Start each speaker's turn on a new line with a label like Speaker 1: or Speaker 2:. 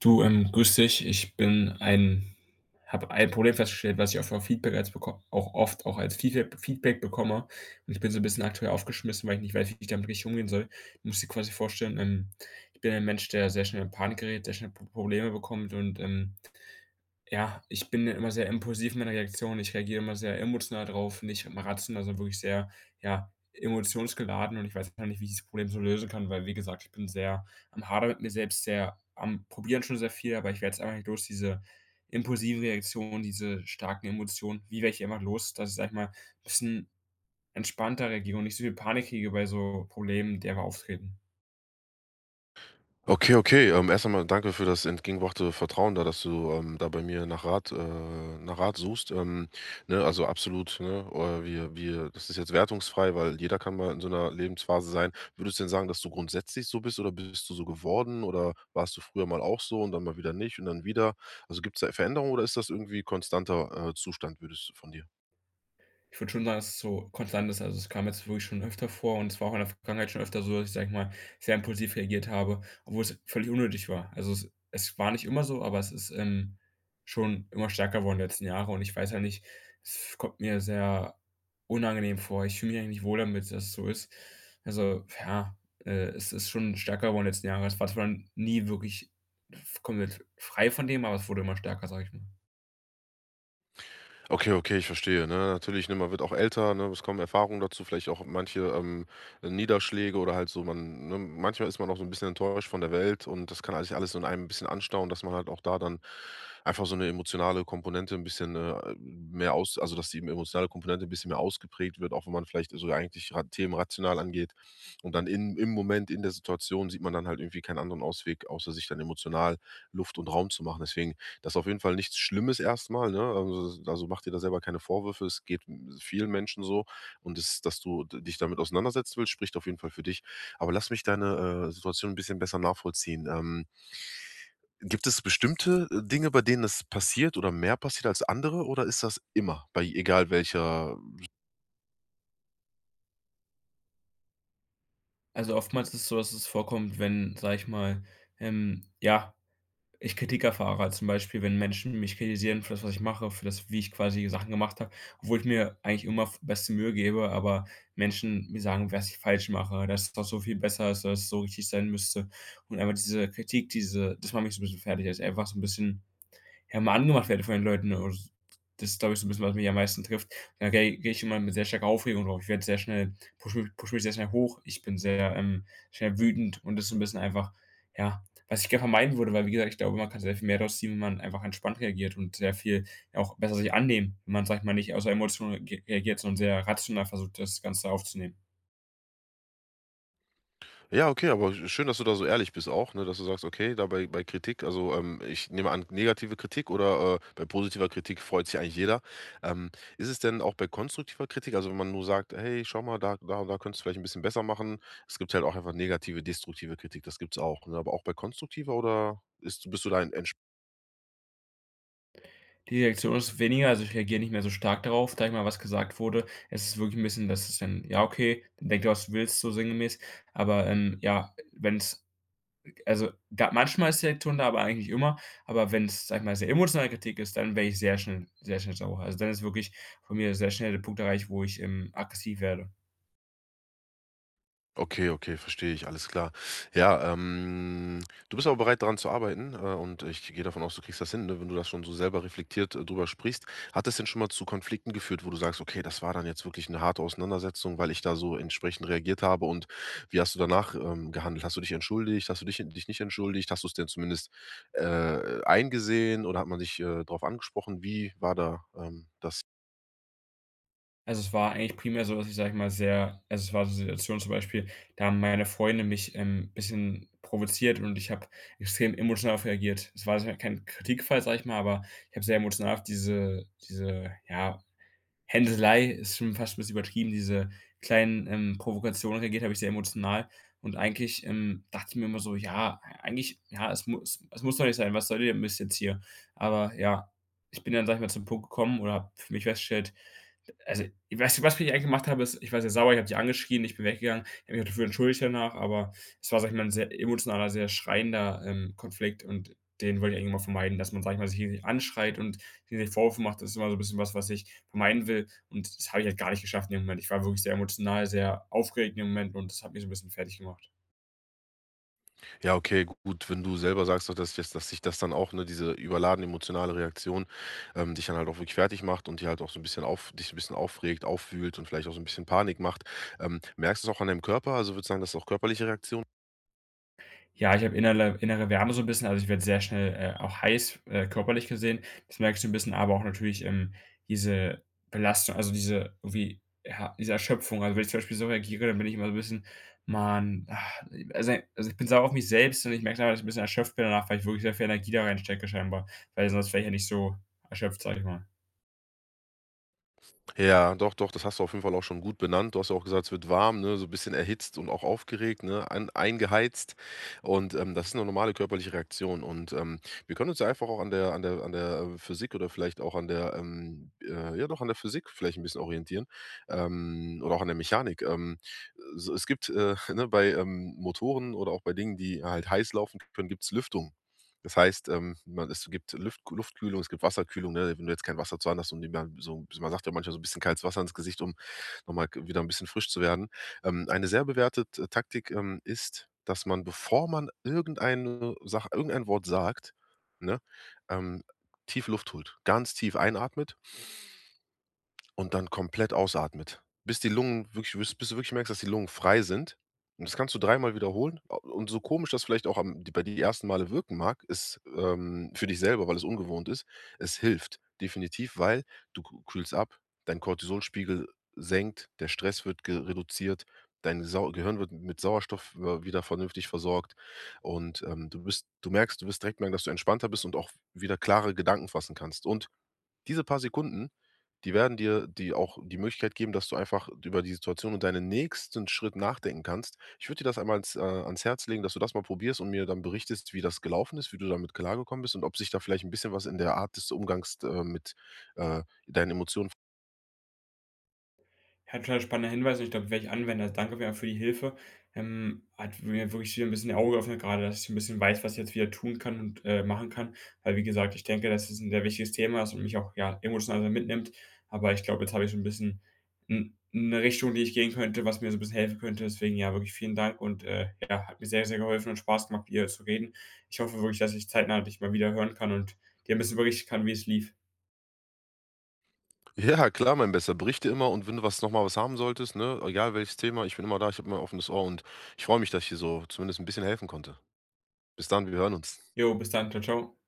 Speaker 1: Du, grüß dich. Ich bin ein habe ein Problem festgestellt, was ich auch von Feedback als beko auch oft auch als Feedback bekomme. Und ich bin so ein bisschen aktuell aufgeschmissen, weil ich nicht weiß, wie ich damit richtig umgehen soll. Du musst dir quasi vorstellen, ich bin ein Mensch, der sehr schnell in Panik gerät, sehr schnell P Probleme bekommt und, ja, ich bin immer sehr impulsiv in meiner Reaktion. Ich reagiere immer sehr emotional drauf, nicht immer rational, sondern wirklich sehr, ja, emotionsgeladen, und ich weiß noch nicht, wie ich dieses Problem so lösen kann, weil, wie gesagt, ich bin sehr am Hadern mit mir selbst, sehr am Probieren schon sehr viel, aber ich werde es einfach nicht los, diese impulsiven Reaktionen, diese starken Emotionen. Wie werde ich die einfach los, dass ich, sage ich mal, ein bisschen entspannter reagiere und nicht so viel Panik kriege bei so Problemen, die einfach auftreten.
Speaker 2: Okay, okay. Erst einmal danke für das entgegengebrachte Vertrauen da, dass du, da bei mir nach Rat suchst. Ne, also absolut, ne, wir, das ist jetzt wertungsfrei, weil jeder kann mal in so einer Lebensphase sein. Würdest du denn sagen, dass du grundsätzlich so bist oder bist du so geworden oder warst du früher mal auch so und dann mal wieder nicht und dann wieder? Also, gibt's da Veränderungen oder ist das irgendwie konstanter, Zustand, würdest du von dir?
Speaker 1: Ich würde schon sagen, dass es so konstant ist. Also, es kam jetzt wirklich schon öfter vor und es war auch in der Vergangenheit schon öfter so, dass ich, sage ich mal, sehr impulsiv reagiert habe, obwohl es völlig unnötig war. Also, es war nicht immer so, aber es ist, schon immer stärker geworden die letzten Jahren, und ich weiß ja nicht, es kommt mir sehr unangenehm vor. Ich fühle mich eigentlich nicht wohl damit, dass es so ist. Also, ja, es ist schon stärker geworden die letzten Jahren. Es war zwar nie wirklich komplett frei von dem, aber es wurde immer stärker, sage ich mal.
Speaker 2: Okay, okay, ich verstehe, ne? Natürlich, ne, man wird auch älter, ne? Es kommen Erfahrungen dazu, vielleicht auch manche Niederschläge oder halt so, man, ne, manchmal ist man auch so ein bisschen enttäuscht von der Welt, und das kann sich alles so in einem ein bisschen anstauen, dass man halt auch da dann einfach so eine emotionale Komponente ein bisschen mehr aus, also dass die emotionale Komponente ein bisschen mehr ausgeprägt wird, auch wenn man vielleicht so eigentlich ra Themen rational angeht. Und dann im Moment, in der Situation sieht man dann halt irgendwie keinen anderen Ausweg, außer sich dann emotional Luft und Raum zu machen. Deswegen, das ist auf jeden Fall nichts Schlimmes erstmal, ne? Also mach dir da selber keine Vorwürfe. Es geht, hm, vielen Menschen so, und dass du d dich damit auseinandersetzen willst, spricht auf jeden Fall für dich. Aber lass mich deine, Situation ein bisschen besser nachvollziehen. Gibt es bestimmte, Dinge, bei denen das passiert oder mehr passiert als andere, oder ist das immer, bei egal welcher?
Speaker 1: Also, oftmals ist es so, dass es vorkommt, wenn, sage ich mal, ja, ich Kritik erfahre. Also, zum Beispiel, wenn Menschen mich kritisieren für das, was ich mache, für das, wie ich quasi Sachen gemacht habe, obwohl ich mir eigentlich immer f beste Mühe gebe, aber Menschen mir sagen, was ich falsch mache, dass es doch so viel besser ist, dass es so richtig sein müsste. Und einfach diese Kritik, diese, das macht mich so ein bisschen fertig, dass ich einfach so ein bisschen, ja, immer angemacht werde von den Leuten, ne? Und das ist, glaube ich, so ein bisschen, was mich am meisten trifft. Da gehe ich immer mit sehr starker Aufregung drauf. Ich werde sehr schnell, pushe mich sehr schnell hoch. Ich bin sehr, schnell wütend, und das ist so ein bisschen einfach, ja, was ich gerne vermeiden würde, weil, wie gesagt, ich glaube, man kann sehr viel mehr draus ziehen, wenn man einfach entspannt reagiert und sehr viel auch besser sich annehmen, wenn man, sage ich mal, nicht aus der Emotion re reagiert, sondern sehr rational versucht, das Ganze aufzunehmen.
Speaker 2: Ja, okay, aber schön, dass du da so ehrlich bist auch, ne, dass du sagst, okay, da bei, bei Kritik, also ich nehme an, negative Kritik oder bei positiver Kritik freut sich eigentlich jeder. Ähm, Ist es denn auch bei konstruktiver Kritik, also wenn man nur sagt, hey, schau mal, da, da, da könntest du vielleicht ein bisschen besser machen. Es gibt halt auch einfach negative, destruktive Kritik, das gibt's auch. Ne? Aber auch bei konstruktiver, oder ist, bist du da en-
Speaker 1: Die Reaktion ist weniger, also ich reagiere nicht mehr so stark darauf, da ich mal was gesagt wurde. Es ist wirklich 'n bisschen, dass es dann: „Ja, okay, dann denk dir, was du willst“, so sinngemäß. Aber, ja, wenn's also, ga manchmal ist die Reaktion da, aber eigentlich nicht immer. Aber wenn's, sage ich mal, sehr emotionale Kritik ist, dann werde ich sehr schnell, sehr schnell sauer. Also, dann ist wirklich von mir sehr schnell der Punkt erreicht, wo ich, aggressiv werde.
Speaker 2: Okay, okay, verstehe ich, alles klar. Ja, du bist aber bereit, daran zu arbeiten, und ich gehe davon aus, du kriegst das hin, ne, wenn du das schon so selber reflektiert, drüber sprichst. Hat es denn schon mal zu Konflikten geführt, wo du sagst: „Okay, das war dann jetzt wirklich eine harte Auseinandersetzung, weil ich da so entsprechend reagiert habe“, und wie hast du danach, gehandelt? Hast du dich entschuldigt? Hast du dich nicht entschuldigt? Hast du es denn zumindest, eingesehen oder hat man dich, drauf angesprochen? Wie war da, das
Speaker 1: Also, es war eigentlich primär so, dass ich, sage ich mal, sehr, also, es war so 'ne Situation zum Beispiel, da haben meine Freunde mich, bisschen provoziert, und ich habe extrem emotional auf reagiert. Es war jetzt halt kein Kritikfall, sage ich mal, aber ich habe sehr emotional auf diese, ja, Hänselei ist schon fast ein bisschen übertrieben, diese kleinen, Provokationen reagiert, habe ich sehr emotional, und eigentlich, dachte ich mir immer so: „Ja, eigentlich ja, es muss doch nicht sein, was soll der Mist jetzt hier?“ Aber ja, ich bin dann, sage ich mal, zum Punkt gekommen oder habe für mich festgestellt, also, weißt du, was ich eigentlich gemacht habe, ist, ich war sehr sauer, ich habe die angeschrien, ich bin weggegangen, ich habe mich auch dafür entschuldigt danach, aber es war, sage ich mal, ein sehr emotionaler, sehr schreiender, Konflikt, und den wollte ich eigentlich immer vermeiden, dass man, sage ich mal, sich gegenseitig anschreit und die ich Vorwürfe mache. Das ist immer so ein bisschen was, was ich vermeiden will, und das habe ich halt gar nicht geschafft in dem Moment. Ich war wirklich sehr emotional, sehr aufgeregt in dem Moment, und das hat mich so ein bisschen fertig gemacht.
Speaker 2: Ja, okay, gut, wenn du selber sagst, auch dass dich das dann auch, ne, diese überladene emotionale Reaktion, dich dann halt auch wirklich fertig macht und dir halt auch so ein bisschen auf dich ein bisschen aufregt, aufwühlt und vielleicht auch so ein bisschen Panik macht. Merkst du es auch an deinem Körper? Also, würdest du sagen, dass es auch körperliche Reaktionen?
Speaker 1: Ja, ich habe innere Wärme so ein bisschen, also ich werde sehr schnell, auch heiß, körperlich gesehen. Das merkst du ein bisschen, aber auch natürlich, diese Belastung, also diese irgendwie, ja, diese Erschöpfung. Also wenn ich zum Beispiel so reagiere, dann bin ich immer so ein bisschen: „Man, ah“, also ich bin sauer auf mich selbst, und ich merke dann, dass ich ein bisschen erschöpft bin danach, weil ich wirklich sehr viel Energie da reinstecke scheinbar, weil sonst wäre ich ja nicht so erschöpft, sage ich mal.
Speaker 2: Ja, doch, doch, das hast du auf jeden Fall auch schon gut benannt. Du hast ja auch gesagt, es wird warm, ne, so 'n bisschen erhitzt und auch aufgeregt, ne, ein eingeheizt. Und, das ist eine normale körperliche Reaktion. Und, wir können uns ja einfach auch an der, Physik oder vielleicht auch an der, ja doch, an der Physik vielleicht ein bisschen orientieren, oder auch an der Mechanik. S Es gibt, ne, bei, Motoren oder auch bei Dingen, die halt heiß laufen können, gibt's Lüftung. Das heißt, man es gibt Lüft Luftkühlung, es gibt Wasserkühlung, ne? Wenn du jetzt kein Wasser zu Hand hast und dir mal so, man sagt ja manchmal, so ein bisschen kaltes Wasser ins Gesicht, um nochmal wieder ein bisschen frisch zu werden. Eine sehr bewährtete Taktik, ist, dass man, bevor man irgendeine Sache, irgendein Wort sagt, ne, ähm, tief Luft holt. Ganz tief einatmet und dann komplett ausatmet, bis du wirklich merkst, dass die Lungen frei sind. Und das kannst du dreimal wiederholen. A Und so komisch das vielleicht auch bei die ersten Male wirken mag, ist, für dich selber, weil es ungewohnt ist, es hilft definitiv, weil du k kühlst ab, dein Cortisolspiegel senkt, der Stress wird ge reduziert, dein Sau Gehirn wird mit Sauerstoff w wieder vernünftig versorgt und, du bist du merkst du wirst direkt merken, dass du entspannter bist und auch wieder klare Gedanken fassen kannst. Und diese paar Sekunden, die werden dir die auch die Möglichkeit geben, dass du einfach über die Situation und deinen nächsten Schritt nachdenken kannst. Ich würde dir das einmal ans, ans Herz legen, dass du das mal probierst und mir dann berichtest, wie das gelaufen ist, wie du damit klargekommen bist und ob sich da vielleicht ein bisschen was in der Art des Umgangs, mit, deinen Emotionen
Speaker 1: Ja, total spannender Hinweis, und ich glaube, werde ich anwenden. Also, danke auf jeden Fall für die Hilfe. Hat mir wirklich wieder ein bisschen die Augen geöffnet gerade, dass ich ein bisschen weiß, was ich jetzt wieder tun kann und, machen kann. Weil wie gesagt, ich denke, dass es ein sehr wichtiges Thema ist und mich auch, ja, emotional mitnimmt. Aber ich glaube, jetzt habe ich so ein bisschen 'n 'ne Richtung, die ich gehen könnte, was mir so ein bisschen helfen könnte. Deswegen, ja, wirklich vielen Dank und, ja, hat mir sehr, sehr geholfen und Spaß gemacht, mit dir zu reden. Ich hoffe wirklich, dass ich zeitnah dich mal wieder hören kann und dir ein bisschen berichten kann, wie es lief.
Speaker 2: ja, klar, mein Bester. Berichte immer, und wenn du was nochmal was haben solltest, ne, egal welches Thema, ich bin immer da, ich habe mein offenes Ohr, und ich freue mich, dass ich dir so zumindest ein bisschen helfen konnte. Bis dann, wir hören uns.
Speaker 1: Jo, bis dann. Ciao, tschau.